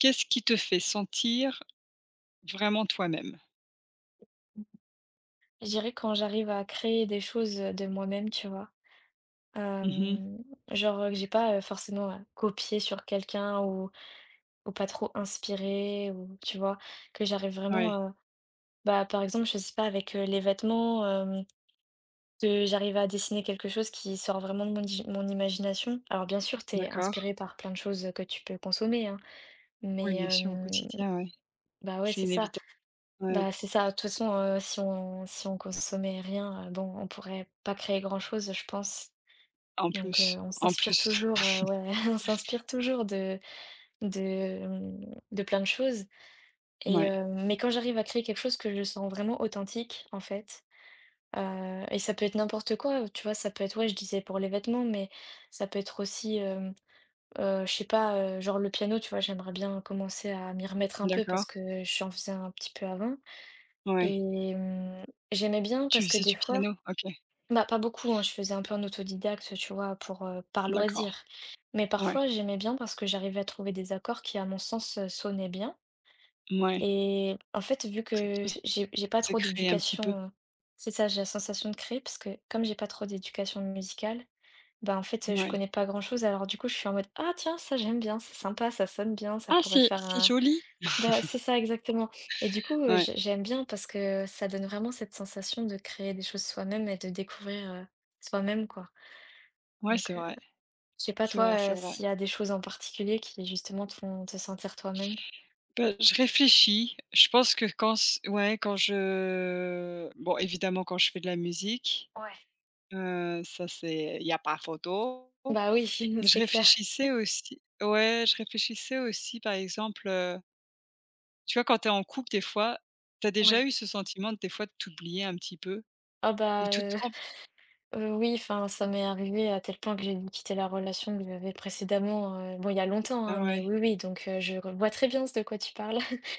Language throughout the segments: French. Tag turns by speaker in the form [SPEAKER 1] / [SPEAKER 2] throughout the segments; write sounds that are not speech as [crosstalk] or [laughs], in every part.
[SPEAKER 1] Qu'est-ce qui te fait sentir vraiment toi-même?
[SPEAKER 2] Je dirais quand j'arrive à créer des choses, de moi-même, tu vois?
[SPEAKER 1] Mmh.
[SPEAKER 2] Hem, genre, que j'ai pas, forcément à copier sur quelqu'un ou pas trop inspiré, ou tu vois? Que j'arrive
[SPEAKER 1] Ouais,
[SPEAKER 2] vraiment, bah, par exemple, je sais pas avec, les vêtements, que j'arrive à dessiner quelque chose qui sort vraiment de mon imagination. Alors bien sûr, t'es
[SPEAKER 1] d'accord.
[SPEAKER 2] inspiré par plein de choses, que tu peux consommer, hein,
[SPEAKER 1] Oui,
[SPEAKER 2] mais
[SPEAKER 1] bien sûr, au quotidien, ouais.
[SPEAKER 2] bah, ouais,
[SPEAKER 1] C'est
[SPEAKER 2] c'est ça.
[SPEAKER 1] inévitable, ouais.
[SPEAKER 2] Bah, c'est ça. De toute façon, si on consommait rien, bon, on pourrait pas créer grand chose, je pense.
[SPEAKER 1] En
[SPEAKER 2] Donc,
[SPEAKER 1] plus,
[SPEAKER 2] on
[SPEAKER 1] en
[SPEAKER 2] s'inspire
[SPEAKER 1] plus.
[SPEAKER 2] toujours,
[SPEAKER 1] [laughs]
[SPEAKER 2] ouais, [laughs] on s'inspire toujours de, hem, de plein de choses
[SPEAKER 1] Ouais,
[SPEAKER 2] mais quand j'arrive à créer quelque chose que je sens vraiment authentique, en fait, et ça peut être n'importe quoi, tu vois? Ça peut être, ouais, je disais pour les vêtements, mais ça peut être aussi, je sais pas, genre le piano, tu vois? J'aimerais bien commencer à m'y remettre un peu
[SPEAKER 1] d'accord,
[SPEAKER 2] parce que je j'en faisais un petit peu avant
[SPEAKER 1] ouais.
[SPEAKER 2] et j'aimais bien parce
[SPEAKER 1] Tu
[SPEAKER 2] que
[SPEAKER 1] faisais
[SPEAKER 2] des
[SPEAKER 1] du
[SPEAKER 2] fois,
[SPEAKER 1] piano? OK,
[SPEAKER 2] bah, pas beaucoup, hein, je faisais un peu en autodidacte, tu vois, pour, par loisir.
[SPEAKER 1] d'accord,
[SPEAKER 2] Mais
[SPEAKER 1] ouais,
[SPEAKER 2] parfois, j'aimais bien parce que j'arrivais à trouver des accords qui, à mon sens, sonnaient bien
[SPEAKER 1] mouais.
[SPEAKER 2] et en fait, vu
[SPEAKER 1] Que
[SPEAKER 2] que
[SPEAKER 1] tout
[SPEAKER 2] j'ai pas
[SPEAKER 1] s'est
[SPEAKER 2] trop
[SPEAKER 1] créé un petit peu,
[SPEAKER 2] d'éducation, c'est ça, j'ai la sensation de créer parce que comme j'ai pas trop d'éducation musicale, bah, en fait, je
[SPEAKER 1] ouais.
[SPEAKER 2] connais pas grand chose. Alors du coup, je suis en mode: «Ah tiens, ça j'aime bien, c'est sympa, ça sonne bien, ça
[SPEAKER 1] Ah,
[SPEAKER 2] pourrait
[SPEAKER 1] c'est
[SPEAKER 2] faire un».
[SPEAKER 1] joli!
[SPEAKER 2] Bah, c'est ça exactement, et du coup,
[SPEAKER 1] Ouais,
[SPEAKER 2] j'aime bien parce que ça donne vraiment cette sensation de créer des choses soi-même et de découvrir, soi-même, quoi.
[SPEAKER 1] ouais, c'est
[SPEAKER 2] Donc,
[SPEAKER 1] vrai,
[SPEAKER 2] je sais pas
[SPEAKER 1] c'est vrai,
[SPEAKER 2] toi,
[SPEAKER 1] c'est vrai.
[SPEAKER 2] s'il y a des choses en particulier qui justement te font te sentir toi-même?
[SPEAKER 1] Bah, je réfléchis, je pense que quand je évidemment, quand je fais de la musique.
[SPEAKER 2] Ouais.
[SPEAKER 1] Ça, c'est il y a pas photo.
[SPEAKER 2] Bah oui, [laughs]
[SPEAKER 1] Mais je
[SPEAKER 2] c'est clair.
[SPEAKER 1] réfléchissais aussi ouais, je réfléchissais aussi par exemple, tu vois, quand tu es en couple des fois, tu as déjà
[SPEAKER 2] Ouais.
[SPEAKER 1] eu ce sentiment des fois de t'oublier un petit peu?
[SPEAKER 2] Ah
[SPEAKER 1] Ou
[SPEAKER 2] bah,
[SPEAKER 1] tu te
[SPEAKER 2] heu,
[SPEAKER 1] rends
[SPEAKER 2] heu, oui, enfin, ça m'est arrivé à tel point que j'ai dû quitter la relation que j'avais précédemment, bon, il y a longtemps, hein,
[SPEAKER 1] Ah
[SPEAKER 2] mais
[SPEAKER 1] ouais.
[SPEAKER 2] oui, oui, donc, je vois très bien de quoi tu parles. [laughs]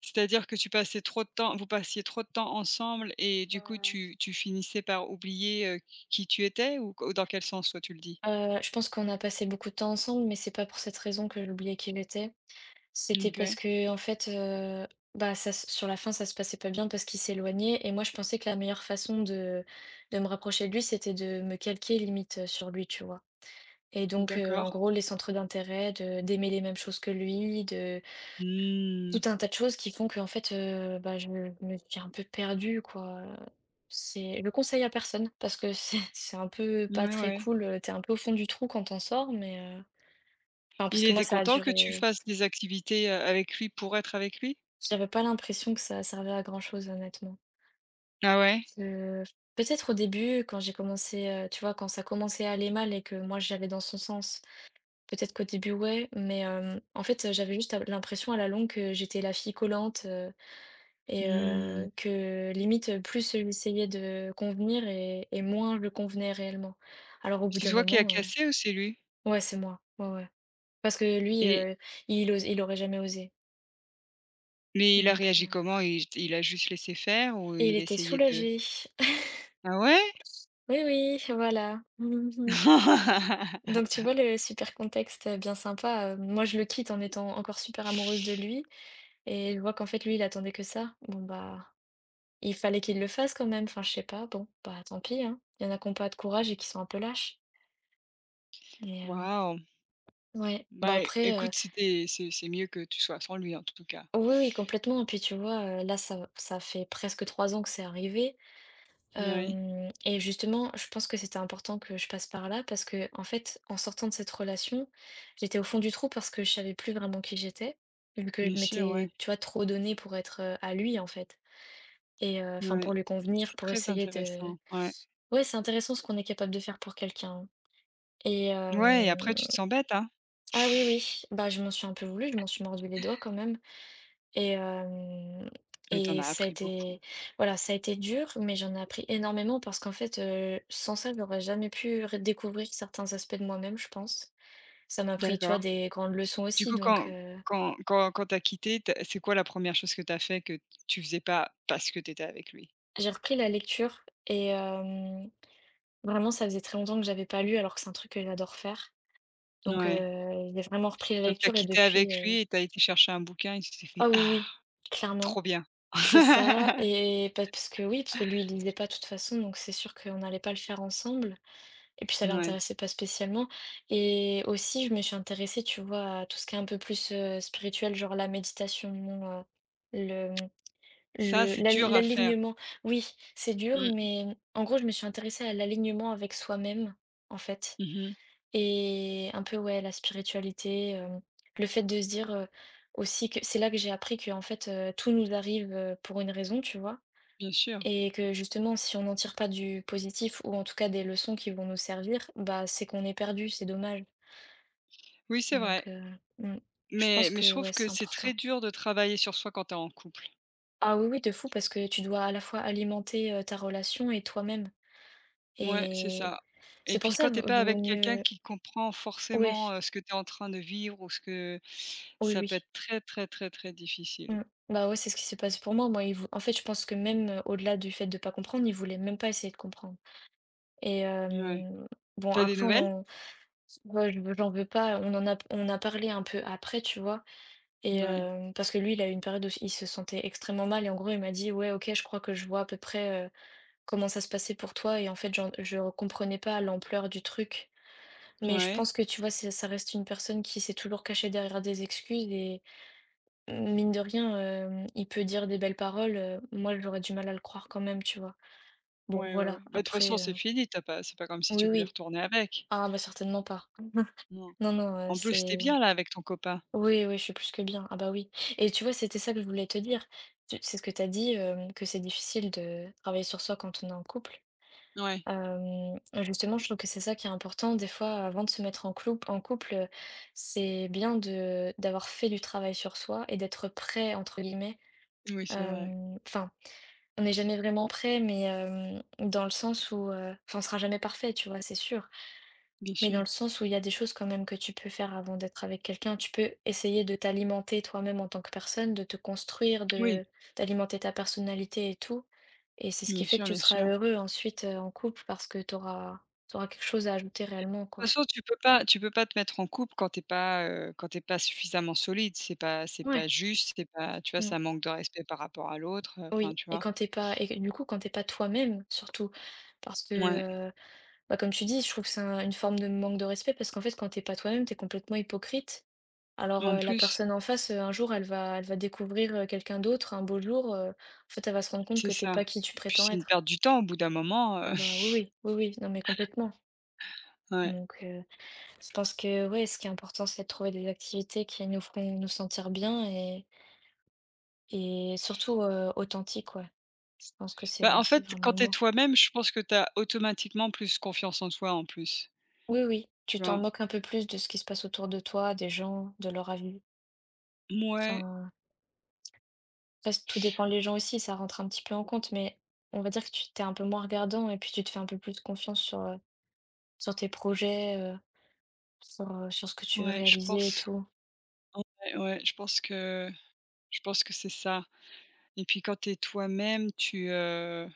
[SPEAKER 1] C'est-à-dire que tu passais trop de temps vous passiez trop de temps ensemble et du coup
[SPEAKER 2] Mmh.
[SPEAKER 1] tu finissais par oublier, qui tu étais, ou co dans quel sens toi tu le dis?
[SPEAKER 2] Je pense qu'on a passé beaucoup de temps ensemble, mais c'est pas pour cette raison que j'oubliais qui j'étais. C'était parce
[SPEAKER 1] OK,
[SPEAKER 2] que, en fait, bah, ça se sur la fin, ça se passait pas bien parce qu'il s'éloignait et moi, je pensais que la meilleure façon de me rapprocher de lui, c'était de me calquer limite, sur lui, tu vois? Et donc, en
[SPEAKER 1] d'accord.
[SPEAKER 2] gros, les centres d'intérêt, de d'aimer les mêmes choses que lui, de
[SPEAKER 1] Mmh.
[SPEAKER 2] tout un tas de choses qui font que, en fait, bah, je me suis un peu perdue, quoi. C'est le conseil à personne parce que c'est [laughs] c'est un peu pas
[SPEAKER 1] Ouais,
[SPEAKER 2] très
[SPEAKER 1] ouais.
[SPEAKER 2] cool, tu un peu au fond du trou quand t'en sors, mais enfin, parce
[SPEAKER 1] Il
[SPEAKER 2] que moi,
[SPEAKER 1] était
[SPEAKER 2] ça a
[SPEAKER 1] content que tu
[SPEAKER 2] duré.
[SPEAKER 1] fasses des activités, avec lui, pour être avec lui?
[SPEAKER 2] J'avais pas l'impression que ça servait à grand chose, honnêtement.
[SPEAKER 1] Ah ouais?
[SPEAKER 2] Heu, Peut-être au début, quand j'ai commencé, tu vois, quand ça commençait à aller mal et que moi j'allais dans son sens, peut-être qu'au début, ouais, mais en fait, j'avais juste l'impression à la longue que j'étais la fille collante, et
[SPEAKER 1] Mmh.
[SPEAKER 2] que limite, plus j'essayais de convenir et moins je convenais réellement. Alors au bout
[SPEAKER 1] C'est
[SPEAKER 2] d'un
[SPEAKER 1] toi qui a
[SPEAKER 2] moment,
[SPEAKER 1] cassé ou c'est lui?
[SPEAKER 2] ouais, c'est moi, ouais, ouais. Parce que lui,
[SPEAKER 1] Et
[SPEAKER 2] il aurait jamais osé.
[SPEAKER 1] mais il a
[SPEAKER 2] Donc,
[SPEAKER 1] réagi comment? Il a juste laissé faire ou
[SPEAKER 2] et il
[SPEAKER 1] il
[SPEAKER 2] était
[SPEAKER 1] essayait de.
[SPEAKER 2] soulagé. [laughs]
[SPEAKER 1] Ah ouais?
[SPEAKER 2] Oui, oui, voilà. [laughs] Donc
[SPEAKER 1] [laughs]
[SPEAKER 2] tu vois le super contexte, bien sympa, moi, je le quitte en étant encore super amoureuse de lui et je vois qu'en fait lui il attendait que ça. Bon bah, il fallait qu'il le fasse quand même, enfin je sais pas, bon, bah tant pis, hein. Il y en a qui ont pas de courage et qui sont un peu lâches. Mais,
[SPEAKER 1] Waouh!
[SPEAKER 2] ouais, bah
[SPEAKER 1] Bah,
[SPEAKER 2] après,
[SPEAKER 1] écoute, c'est mieux que tu sois sans lui, en tout cas.
[SPEAKER 2] oui, oui, complètement. Et puis tu vois, là, ça fait presque 3 ans que c'est arrivé.
[SPEAKER 1] Ouais,
[SPEAKER 2] Hem Et justement, je pense que c'était important que je passe par là parce que en fait, en sortant de cette relation, j'étais au fond du trou parce que je savais plus vraiment qui j'étais, vu que je
[SPEAKER 1] bien sûr, ouais,
[SPEAKER 2] m'étais, tu vois, trop donnée pour être, à lui, en fait, et enfin, pour
[SPEAKER 1] ouais,
[SPEAKER 2] lui convenir,
[SPEAKER 1] c'est
[SPEAKER 2] pour
[SPEAKER 1] très
[SPEAKER 2] essayer de.
[SPEAKER 1] intéressant, ouais.
[SPEAKER 2] Ouais, c'est intéressant ce qu'on est capable de faire pour quelqu'un, et
[SPEAKER 1] Ouais, et après
[SPEAKER 2] hem
[SPEAKER 1] tu te sens bête, hein?
[SPEAKER 2] ah oui,
[SPEAKER 1] [laughs]
[SPEAKER 2] oui, bah, je m'en suis un peu voulu, je m'en suis mordu les doigts quand même. Et hem
[SPEAKER 1] Mais t'en
[SPEAKER 2] et
[SPEAKER 1] as
[SPEAKER 2] ça a
[SPEAKER 1] appris beaucoup.
[SPEAKER 2] été, voilà, ça a été dur, mais j'en ai appris énormément parce qu'en fait, sans ça, j'aurais jamais pu ré découvrir certains aspects de moi-même, je pense. Ça m'a appris, tu vois,
[SPEAKER 1] D'accord.
[SPEAKER 2] des grandes leçons
[SPEAKER 1] Du
[SPEAKER 2] aussi,
[SPEAKER 1] coup,
[SPEAKER 2] donc,
[SPEAKER 1] quand t'as quitté, tu c'est quoi la première chose que t'as fait que tu faisais pas parce que t'étais avec lui?
[SPEAKER 2] j'ai repris la lecture et vraiment, ça faisait très longtemps que j'avais pas lu alors que c'est un truc que j'adore faire. Donc,
[SPEAKER 1] Ouais.
[SPEAKER 2] j'ai vraiment repris la
[SPEAKER 1] Donc tu as
[SPEAKER 2] lecture et
[SPEAKER 1] quitté
[SPEAKER 2] depuis,
[SPEAKER 1] avec lui et tu as été chercher un bouquin et tu t'es fait:
[SPEAKER 2] ah oui,
[SPEAKER 1] «Ah,
[SPEAKER 2] oui, clairement,
[SPEAKER 1] trop bien!»
[SPEAKER 2] c'est ça.
[SPEAKER 1] [laughs]
[SPEAKER 2] Et pa parce que, oui, parce que lui, il lisait pas de toute façon, donc c'est sûr qu'on n'allait pas le faire ensemble. Et puis ça
[SPEAKER 1] Ouais,
[SPEAKER 2] l'intéressait pas spécialement. Et aussi, je me suis intéressée, tu vois, à tout ce qui est un peu plus spirituel, genre la méditation, euh, le,
[SPEAKER 1] ça, c'est dur à faire.
[SPEAKER 2] l'alignement. Oui, c'est dur,
[SPEAKER 1] Mmh.
[SPEAKER 2] mais en gros, je me suis intéressée à l'alignement avec soi-même, en fait.
[SPEAKER 1] Mmh.
[SPEAKER 2] Et un peu, ouais, la spiritualité, le fait de se dire, aussi, que c'est là que j'ai appris que, en fait, tout nous arrive, pour une raison, tu vois.
[SPEAKER 1] Bien sûr.
[SPEAKER 2] Et que justement, si on n'en tire pas du positif ou en tout cas des leçons qui vont nous servir, bah, c'est qu'on est perdu, c'est dommage.
[SPEAKER 1] Oui, c'est vrai.
[SPEAKER 2] Donc, mmh, je
[SPEAKER 1] Mais
[SPEAKER 2] pense
[SPEAKER 1] je
[SPEAKER 2] que,
[SPEAKER 1] trouve
[SPEAKER 2] ouais,
[SPEAKER 1] que
[SPEAKER 2] c'est
[SPEAKER 1] c'est
[SPEAKER 2] important.
[SPEAKER 1] très dur de travailler sur soi quand tu es en couple.
[SPEAKER 2] Ah oui, oui, de fou, parce que tu dois à la fois alimenter, ta relation et toi-même,
[SPEAKER 1] Ouais, c'est
[SPEAKER 2] et
[SPEAKER 1] ça. Et
[SPEAKER 2] c'est pour
[SPEAKER 1] puis
[SPEAKER 2] ça,
[SPEAKER 1] quand tu es pas
[SPEAKER 2] vaut
[SPEAKER 1] avec quelqu'un
[SPEAKER 2] mieux.
[SPEAKER 1] qui comprend
[SPEAKER 2] Ouais,
[SPEAKER 1] forcément, ce que tu es en train de vivre, ou ce que
[SPEAKER 2] oui,
[SPEAKER 1] ça peut
[SPEAKER 2] oui,
[SPEAKER 1] être très, très, très, très difficile.
[SPEAKER 2] mmh. Bah, ouais, c'est ce qui s'est passé pour moi. Moi, il vou en fait, je pense que même, au-delà du fait de pas comprendre, il voulait même pas essayer de comprendre, et
[SPEAKER 1] Ouais.
[SPEAKER 2] bon
[SPEAKER 1] T'as des
[SPEAKER 2] après on
[SPEAKER 1] nouvelles?
[SPEAKER 2] en moi, je j'en veux pas, on a parlé un peu après, tu vois? Et
[SPEAKER 1] Mouais.
[SPEAKER 2] parce que lui, il a eu une période où il se sentait extrêmement mal et en gros, il m'a dit: «Ouais, OK, je crois que je vois à peu près, comment ça se passait pour toi», et en fait, j'en je ne comprenais pas l'ampleur du truc. Mais je
[SPEAKER 1] Ouais.
[SPEAKER 2] pense que, tu vois, c'est ça reste une personne qui s'est toujours cachée derrière des excuses et mine de rien, il peut dire des belles paroles, moi, j'aurais du mal à le croire quand même, tu vois? Bon,
[SPEAKER 1] Ouais, ouais, ouais.
[SPEAKER 2] voilà,
[SPEAKER 1] Bah, de toute façon,
[SPEAKER 2] après,
[SPEAKER 1] c'est fini, t'as pas c'est pas comme si tu
[SPEAKER 2] oui,
[SPEAKER 1] voulais
[SPEAKER 2] oui.
[SPEAKER 1] retourner avec.
[SPEAKER 2] Ah, bah, certainement pas.
[SPEAKER 1] Non.
[SPEAKER 2] Non, non,
[SPEAKER 1] En plus, c'était
[SPEAKER 2] c'est
[SPEAKER 1] bien là avec ton copain?
[SPEAKER 2] oui, oui, je suis plus que bien. Ah bah oui. Et tu vois, c'était ça que je voulais te dire. C'est ce que tu as dit, que c'est difficile de travailler sur soi quand on est en couple.
[SPEAKER 1] Ouais,
[SPEAKER 2] Euh, Justement, je trouve que c'est ça qui est important. Des fois, avant de se mettre en couple, c'est bien de d'avoir fait du travail sur soi et d'être prêt, entre guillemets.
[SPEAKER 1] oui, c'est vrai,
[SPEAKER 2] Enfin, on n'est jamais vraiment prêt, mais dans le sens où, enfin, on sera jamais parfait, tu vois, c'est sûr.
[SPEAKER 1] bien
[SPEAKER 2] Mais dans
[SPEAKER 1] sûr.
[SPEAKER 2] le sens où il y a des choses quand même que tu peux faire avant d'être avec quelqu'un. Tu peux essayer de t'alimenter toi-même en tant que personne, de te construire,
[SPEAKER 1] Oui,
[SPEAKER 2] de d'alimenter ta personnalité et tout. Et c'est ce qui
[SPEAKER 1] bien
[SPEAKER 2] fait que
[SPEAKER 1] sûr,
[SPEAKER 2] tu
[SPEAKER 1] bien
[SPEAKER 2] seras
[SPEAKER 1] sûr.
[SPEAKER 2] heureux ensuite, en couple, parce que tu auras quelque chose à ajouter réellement,
[SPEAKER 1] De toute
[SPEAKER 2] quoi.
[SPEAKER 1] façon, tu peux pas te mettre en couple quand t'es pas suffisamment solide. C'est pas
[SPEAKER 2] Ouais,
[SPEAKER 1] juste, c'est pas, tu vois,
[SPEAKER 2] mmh,
[SPEAKER 1] ça manque de respect par rapport à l'autre, enfin,
[SPEAKER 2] oui,
[SPEAKER 1] tu
[SPEAKER 2] et
[SPEAKER 1] vois?
[SPEAKER 2] quand t'es pas et du coup, quand t'es pas toi-même surtout, parce
[SPEAKER 1] Ouais,
[SPEAKER 2] que, heu, bah, comme tu dis, je trouve que c'est un une forme de manque de respect parce qu'en fait, quand t'es pas toi-même, t'es complètement hypocrite. Alors,
[SPEAKER 1] en
[SPEAKER 2] la
[SPEAKER 1] plus,
[SPEAKER 2] personne en face, un jour, elle va découvrir, quelqu'un d'autre, un beau jour, en fait, elle va se rendre compte
[SPEAKER 1] c'est
[SPEAKER 2] que t'es
[SPEAKER 1] ça.
[SPEAKER 2] pas qui tu
[SPEAKER 1] Et puis
[SPEAKER 2] prétends
[SPEAKER 1] c'est une
[SPEAKER 2] être.
[SPEAKER 1] perte du temps au bout d'un moment,
[SPEAKER 2] Ah bah,
[SPEAKER 1] [laughs]
[SPEAKER 2] oui, oui, oui, oui, non mais complètement.
[SPEAKER 1] Ouais.
[SPEAKER 2] Donc, je pense que, ouais, ce qui est important, c'est de trouver des activités qui nous feront nous sentir bien, et surtout, authentiques, ouais. Je pense que
[SPEAKER 1] Bah, en
[SPEAKER 2] c'est
[SPEAKER 1] fait,
[SPEAKER 2] vraiment
[SPEAKER 1] quand
[SPEAKER 2] le
[SPEAKER 1] t'es
[SPEAKER 2] mot.
[SPEAKER 1] toi-même, je pense que t'as automatiquement plus confiance en toi en plus,
[SPEAKER 2] Oui, oui,
[SPEAKER 1] tu
[SPEAKER 2] tu t'en
[SPEAKER 1] vois?
[SPEAKER 2] moques un peu plus de ce qui se passe autour de toi, des gens, de leur avis.
[SPEAKER 1] Ouais.
[SPEAKER 2] Enfin, parce que tout dépend les gens aussi, ça rentre un petit peu en compte, mais on va dire que tu t'es un peu moins regardant et puis tu te fais un peu plus confiance sur, sur tes projets, sur, sur ce que tu veux
[SPEAKER 1] ouais, je
[SPEAKER 2] réaliser et
[SPEAKER 1] pense
[SPEAKER 2] tout.
[SPEAKER 1] ouais, je pense que je pense que c'est ça. Et puis quand tu es toi-même,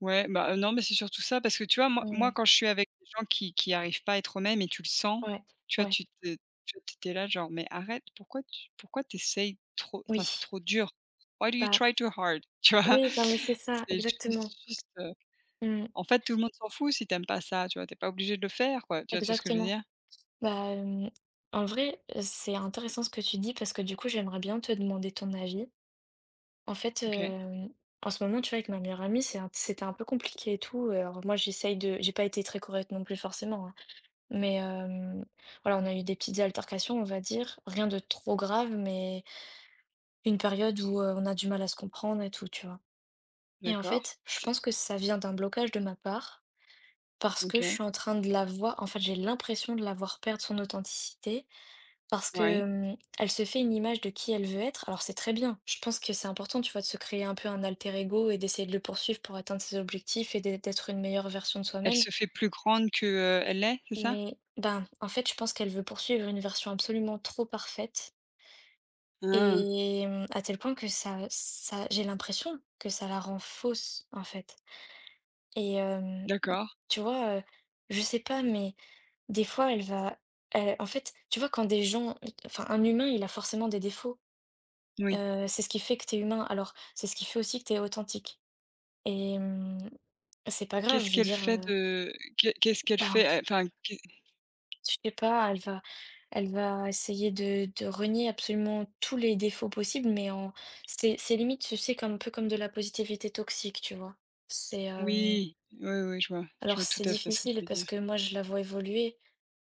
[SPEAKER 1] ouais, non, mais c'est surtout ça parce que tu vois,
[SPEAKER 2] Mmh.
[SPEAKER 1] moi, quand je suis avec des gens qui arrivent pas à être eux-mêmes, et tu le sens,
[SPEAKER 2] Ouais,
[SPEAKER 1] tu vois,
[SPEAKER 2] ouais,
[SPEAKER 1] tu là genre: «Mais arrête, pourquoi t'essayes trop? Enfin, c'est
[SPEAKER 2] oui.
[SPEAKER 1] trop dur. Why do you
[SPEAKER 2] Bah,
[SPEAKER 1] try too hard?» [laughs] Tu vois?
[SPEAKER 2] oui, non, mais c'est ça,
[SPEAKER 1] C'est
[SPEAKER 2] exactement.
[SPEAKER 1] juste,
[SPEAKER 2] Mmh,
[SPEAKER 1] en fait, tout le monde s'en fout si t'aimes pas ça, tu vois? T'es pas obligé de le faire, quoi. Tu vois ce que je veux
[SPEAKER 2] exactement.
[SPEAKER 1] dire?
[SPEAKER 2] Bah, c'est intéressant ce que tu dis parce que du coup, j'aimerais bien te demander ton avis. En fait,
[SPEAKER 1] OK,
[SPEAKER 2] en ce moment, tu vois, avec ma meilleure amie, c'était un peu compliqué et tout, alors moi, j'ai pas été très correcte non plus forcément, hein. Mais voilà, on a eu des petites altercations, on va dire. Rien de trop grave, mais une période où, on a du mal à se comprendre et tout, tu vois? Et en
[SPEAKER 1] d'accord.
[SPEAKER 2] fait, je
[SPEAKER 1] C'est
[SPEAKER 2] pense que ça vient d'un blocage de ma part, parce que je
[SPEAKER 1] OK,
[SPEAKER 2] suis en train de la voir en fait, j'ai l'impression de la voir perdre son authenticité, parce que,
[SPEAKER 1] ouais.
[SPEAKER 2] elle se fait une image de qui elle veut être. Alors c'est très bien, je pense que c'est important, tu vois, de se créer un peu un alter ego et d'essayer de le poursuivre pour atteindre ses objectifs et d'être une meilleure version de
[SPEAKER 1] Elle
[SPEAKER 2] soi-même.
[SPEAKER 1] se fait plus grande que, elle l'est, c'est ça?
[SPEAKER 2] Mais ben, en fait, je pense qu'elle veut poursuivre une version absolument trop parfaite
[SPEAKER 1] Ah.
[SPEAKER 2] et à tel point que ça, j'ai l'impression que ça la rend fausse, en fait. et hem,
[SPEAKER 1] D'accord,
[SPEAKER 2] tu vois, heu, je sais pas, mais des fois, elle en fait, tu vois, quand des gens enfin, un humain, il a forcément des défauts,
[SPEAKER 1] oui.
[SPEAKER 2] c'est ce qui fait que t'es humain. Alors, c'est ce qui fait aussi que t'es authentique et c'est pas grave,
[SPEAKER 1] Qu'est-ce
[SPEAKER 2] je veux
[SPEAKER 1] qu'elle
[SPEAKER 2] dire,
[SPEAKER 1] fait de qu'est-ce qu'elle
[SPEAKER 2] ben
[SPEAKER 1] fait, enfin, qu'est
[SPEAKER 2] je sais pas, elle va essayer de renier absolument tous les défauts possibles, mais en c'est limite, tu sais, comme un peu comme de la positivité toxique, tu vois? C'est, hem,
[SPEAKER 1] oui, oui, oui, je
[SPEAKER 2] alors
[SPEAKER 1] vois tout
[SPEAKER 2] c'est
[SPEAKER 1] à fait ce que tu
[SPEAKER 2] difficile
[SPEAKER 1] veux
[SPEAKER 2] parce
[SPEAKER 1] dire.
[SPEAKER 2] que moi je la vois évoluer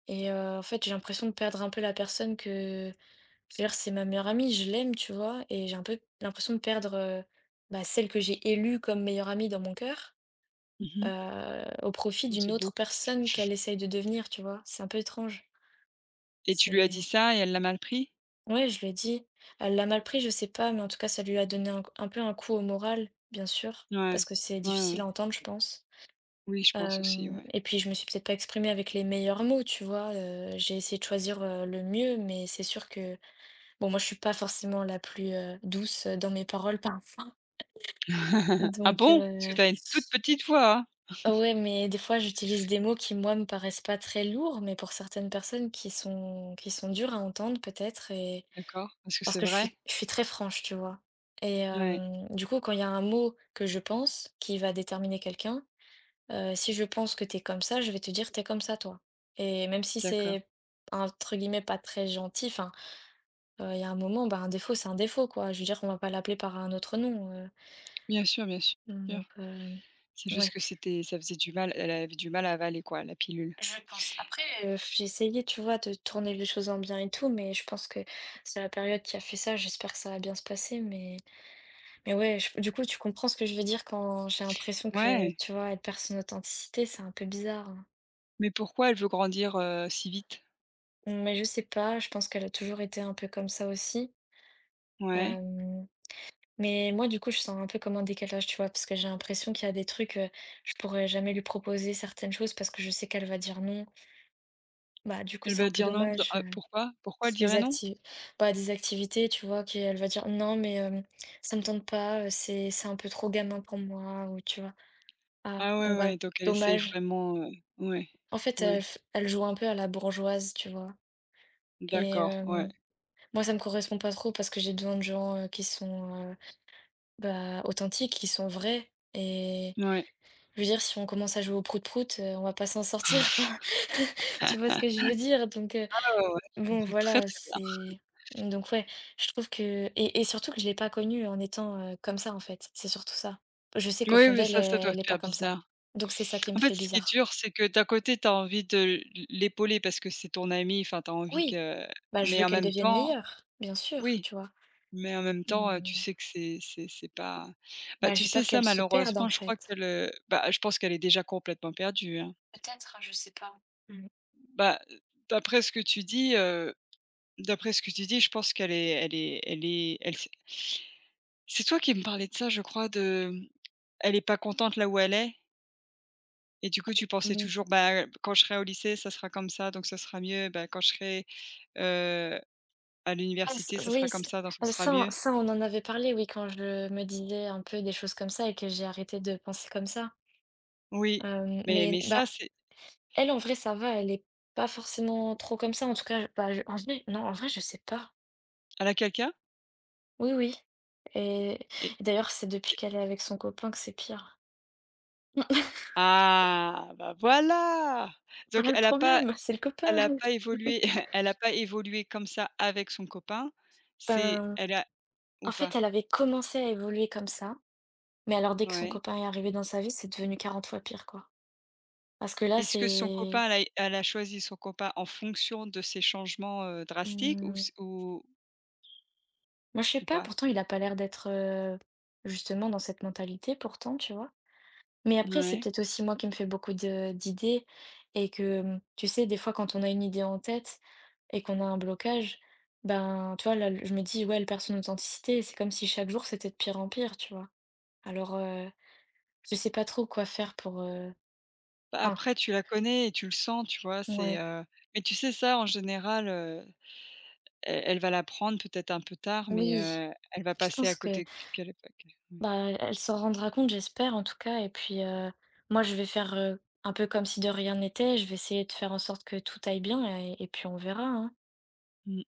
[SPEAKER 2] et en fait, j'ai l'impression de perdre un peu la personne que, je veux dire, c'est ma meilleure amie, je l'aime, tu vois? Et j'ai un peu l'impression de perdre, bah, celle que j'ai élue comme meilleure amie dans mon cœur,
[SPEAKER 1] Mmh mh.
[SPEAKER 2] au profit
[SPEAKER 1] Mmh,
[SPEAKER 2] d'une
[SPEAKER 1] c'est beau.
[SPEAKER 2] autre personne qu'elle essaye de devenir, tu vois? C'est un peu étrange,
[SPEAKER 1] Et tu lui as dit
[SPEAKER 2] c'est
[SPEAKER 1] ça et elle l'a mal pris?
[SPEAKER 2] Ouais, je lui ai dit. Elle l'a mal pris, je sais pas, mais en tout cas, ça lui a donné un peu un coup au moral, bien sûr, parce
[SPEAKER 1] Ouais,
[SPEAKER 2] que c'est
[SPEAKER 1] ouais,
[SPEAKER 2] difficile
[SPEAKER 1] ouais.
[SPEAKER 2] à entendre, je pense.
[SPEAKER 1] Oui, je pense aussi, ouais.
[SPEAKER 2] Et puis, je me suis peut-être pas exprimée avec les meilleurs mots, tu vois. J'ai essayé de choisir le mieux, mais c'est sûr que, bon, moi, je suis pas forcément la plus douce dans mes paroles parfois.
[SPEAKER 1] [laughs] Ah
[SPEAKER 2] Donc,
[SPEAKER 1] bon? Parce que
[SPEAKER 2] euh,
[SPEAKER 1] tu as une toute petite voix, hein?
[SPEAKER 2] ah ouais, mais des fois, j'utilise des mots qui, moi, me paraissent pas très lourds, mais pour certaines personnes qui sont durs à entendre, peut-être. Et.
[SPEAKER 1] D'accord. Est-ce que
[SPEAKER 2] Parce
[SPEAKER 1] c'est
[SPEAKER 2] que
[SPEAKER 1] vrai?
[SPEAKER 2] je suis très franche, tu vois? Et
[SPEAKER 1] Ouais,
[SPEAKER 2] du coup, quand il y a un mot que je pense qui va déterminer quelqu'un, si je pense que t'es comme ça, je vais te dire: t'es comme ça, toi». Et même si
[SPEAKER 1] d'accord.
[SPEAKER 2] c'est entre guillemets «pas très gentil», enfin, il y a un moment, bah, un défaut, c'est un défaut, quoi. Je veux dire, on va pas l'appeler par un autre nom,
[SPEAKER 1] Bien sûr, bien sûr.
[SPEAKER 2] donc heu,
[SPEAKER 1] C'est juste
[SPEAKER 2] ouais,
[SPEAKER 1] que c'était ça faisait du mal, elle avait du mal à avaler quoi, la pilule?
[SPEAKER 2] je pense. Après, j'ai essayé, tu vois, de tourner les choses en bien et tout, mais je pense que c'est la période qui a fait ça. J'espère que ça va bien se passer. Mais ouais, je du coup, tu comprends ce que je veux dire quand j'ai l'impression que,
[SPEAKER 1] Ouais,
[SPEAKER 2] tu vois, elle perd son authenticité, c'est un peu bizarre, hein.
[SPEAKER 1] mais pourquoi elle veut grandir, si vite?
[SPEAKER 2] Mais je sais pas, je pense qu'elle a toujours été un peu comme ça aussi.
[SPEAKER 1] Ouais.
[SPEAKER 2] Hem, mais moi, du coup, je sens un peu comme un décalage, tu vois, parce que j'ai l'impression qu'il y a des trucs, je pourrais jamais lui proposer certaines choses parce que je sais qu'elle va dire non. Bah, du coup,
[SPEAKER 1] Elle
[SPEAKER 2] c'est
[SPEAKER 1] va
[SPEAKER 2] un peu
[SPEAKER 1] dire non, b
[SPEAKER 2] dommage,
[SPEAKER 1] ah pourquoi? Pourquoi elle
[SPEAKER 2] des
[SPEAKER 1] dirait non?
[SPEAKER 2] acti bah, des activités, tu vois, qu'elle va dire: «Non, mais ça me tente pas, c'est un peu trop gamin pour moi» ou tu vois? Ah,
[SPEAKER 1] Ah
[SPEAKER 2] bon,
[SPEAKER 1] ouais,
[SPEAKER 2] bah,
[SPEAKER 1] ouais, donc elle essaye
[SPEAKER 2] dommage.
[SPEAKER 1] vraiment, ouais,
[SPEAKER 2] En fait,
[SPEAKER 1] ouais,
[SPEAKER 2] elle joue un peu à la bourgeoise, tu vois? Et
[SPEAKER 1] d'accord, ouais,
[SPEAKER 2] moi, ça me correspond pas trop parce que j'ai besoin de gens, bah, authentiques, qui sont vrais et,
[SPEAKER 1] ouais, ouais,
[SPEAKER 2] je veux dire, si on commence à jouer au prout-prout, on va pas s'en sortir, [laughs] enfin, [laughs] tu vois ce que je veux dire? Donc
[SPEAKER 1] ouais, ouais, je
[SPEAKER 2] bon,
[SPEAKER 1] comprends très,
[SPEAKER 2] voilà,
[SPEAKER 1] très bien.
[SPEAKER 2] c'est donc ouais, je trouve que, et surtout que je l'ai pas connue en étant, comme ça, en fait, c'est surtout ça. Je sais qu'au
[SPEAKER 1] Oui,
[SPEAKER 2] fond
[SPEAKER 1] mais
[SPEAKER 2] d'elle,
[SPEAKER 1] ça doit
[SPEAKER 2] elle est
[SPEAKER 1] te
[SPEAKER 2] pas
[SPEAKER 1] faire
[SPEAKER 2] comme ça.
[SPEAKER 1] bizarre.
[SPEAKER 2] Donc c'est ça qui me
[SPEAKER 1] En fait,
[SPEAKER 2] fait
[SPEAKER 1] ce qui est
[SPEAKER 2] bizarre.
[SPEAKER 1] dur, c'est que d'un côté, tu as envie de l'épauler parce que c'est ton amie, enfin, tu as envie
[SPEAKER 2] Oui,
[SPEAKER 1] que
[SPEAKER 2] bah, je
[SPEAKER 1] mais
[SPEAKER 2] veux
[SPEAKER 1] en
[SPEAKER 2] qu'elle
[SPEAKER 1] même
[SPEAKER 2] devienne
[SPEAKER 1] temps,
[SPEAKER 2] meilleure, bien sûr,
[SPEAKER 1] oui,
[SPEAKER 2] tu vois?
[SPEAKER 1] mais en même temps, tu
[SPEAKER 2] Mais
[SPEAKER 1] sais que c'est pas bah,
[SPEAKER 2] bah,
[SPEAKER 1] tu
[SPEAKER 2] j'ai
[SPEAKER 1] sais
[SPEAKER 2] peur
[SPEAKER 1] ça,
[SPEAKER 2] qu'elle se perde en
[SPEAKER 1] malheureusement, je crois
[SPEAKER 2] fait.
[SPEAKER 1] qu'elle, je pense qu'elle est déjà complètement perdue, hein.
[SPEAKER 2] Peut-être, je sais pas. Mm.
[SPEAKER 1] Bah, d'après ce que tu dis, d'après ce que tu dis, je pense qu'elle s'est c'est toi qui me parlais de ça, je crois, de, mmh, elle est pas contente là où elle est, et du coup, tu
[SPEAKER 2] Mmh.
[SPEAKER 1] pensais
[SPEAKER 2] Oui.
[SPEAKER 1] toujours: «Bah, quand je serai au lycée, ça sera comme ça, donc ça sera mieux. Bah, quand je serai, heu, à
[SPEAKER 2] Ah ç
[SPEAKER 1] l'université, ça
[SPEAKER 2] oui,
[SPEAKER 1] sera
[SPEAKER 2] ç
[SPEAKER 1] comme ça, donc ça sera mieux».
[SPEAKER 2] on en avait parlé, oui, quand je me disais un peu des choses comme ça et que j'ai arrêté de penser comme ça.
[SPEAKER 1] Oui, mais
[SPEAKER 2] Mais
[SPEAKER 1] ça,
[SPEAKER 2] bah,
[SPEAKER 1] c'est
[SPEAKER 2] elle, en vrai, ça va, elle est pas forcément trop comme ça. En tout cas, bah, je en vrai, non, en vrai, je sais pas.
[SPEAKER 1] elle a quelqu'un?
[SPEAKER 2] Oui, oui et
[SPEAKER 1] Et
[SPEAKER 2] et d'ailleurs, c'est depuis qu'elle est avec son copain que c'est pire. [laughs]
[SPEAKER 1] ah, bah, voilà! Donc
[SPEAKER 2] Voilà le
[SPEAKER 1] elle a pas
[SPEAKER 2] problème, c'est le copain.
[SPEAKER 1] Elle a pas évolué
[SPEAKER 2] [laughs]
[SPEAKER 1] [laughs] elle a pas évolué comme ça avec son copain. C'est
[SPEAKER 2] Ben,
[SPEAKER 1] Elle a, ou
[SPEAKER 2] en
[SPEAKER 1] pas?
[SPEAKER 2] fait, elle avait commencé à évoluer comme ça. Mais alors dès que son
[SPEAKER 1] Ouais.
[SPEAKER 2] copain est arrivé dans sa vie, c'est devenu 40 fois pire, quoi. Parce que là,
[SPEAKER 1] Est-ce que son
[SPEAKER 2] c'est
[SPEAKER 1] copain, elle a choisi son copain en fonction de ces changements, drastiques, ou
[SPEAKER 2] mmh,
[SPEAKER 1] c
[SPEAKER 2] Moi, je sais
[SPEAKER 1] ou
[SPEAKER 2] pas,
[SPEAKER 1] pas?
[SPEAKER 2] pourtant il a pas l'air d'être, justement dans cette mentalité pourtant, tu vois? Mais après, c'est
[SPEAKER 1] Ouais.
[SPEAKER 2] peut-être aussi moi qui me fais beaucoup de d'idées et que, mmh, tu sais, des fois, quand on a une idée en tête et qu'on a un blocage, ben, tu vois, là, je me dis: «Ouais, elle perd son authenticité», c'est comme si chaque jour, c'était de pire en pire, tu vois? Alors, je sais pas trop quoi faire pour,
[SPEAKER 1] Bah,
[SPEAKER 2] enfin,
[SPEAKER 1] après tu la connais et tu le sens, tu vois?
[SPEAKER 2] ouais,
[SPEAKER 1] Mais tu sais ça en général, elle va l'apprendre peut-être un peu tard, mais,
[SPEAKER 2] oui,
[SPEAKER 1] elle va
[SPEAKER 2] je
[SPEAKER 1] passer à
[SPEAKER 2] pense que,
[SPEAKER 1] côté, q qu'elle est ouais.
[SPEAKER 2] bah, e elle s'en rendra compte, j'espère, en tout cas. Et puis, moi, je vais faire, un peu comme si de rien n'était. Je vais essayer de faire en sorte que tout aille bien et puis on verra, hein.
[SPEAKER 1] Mmh.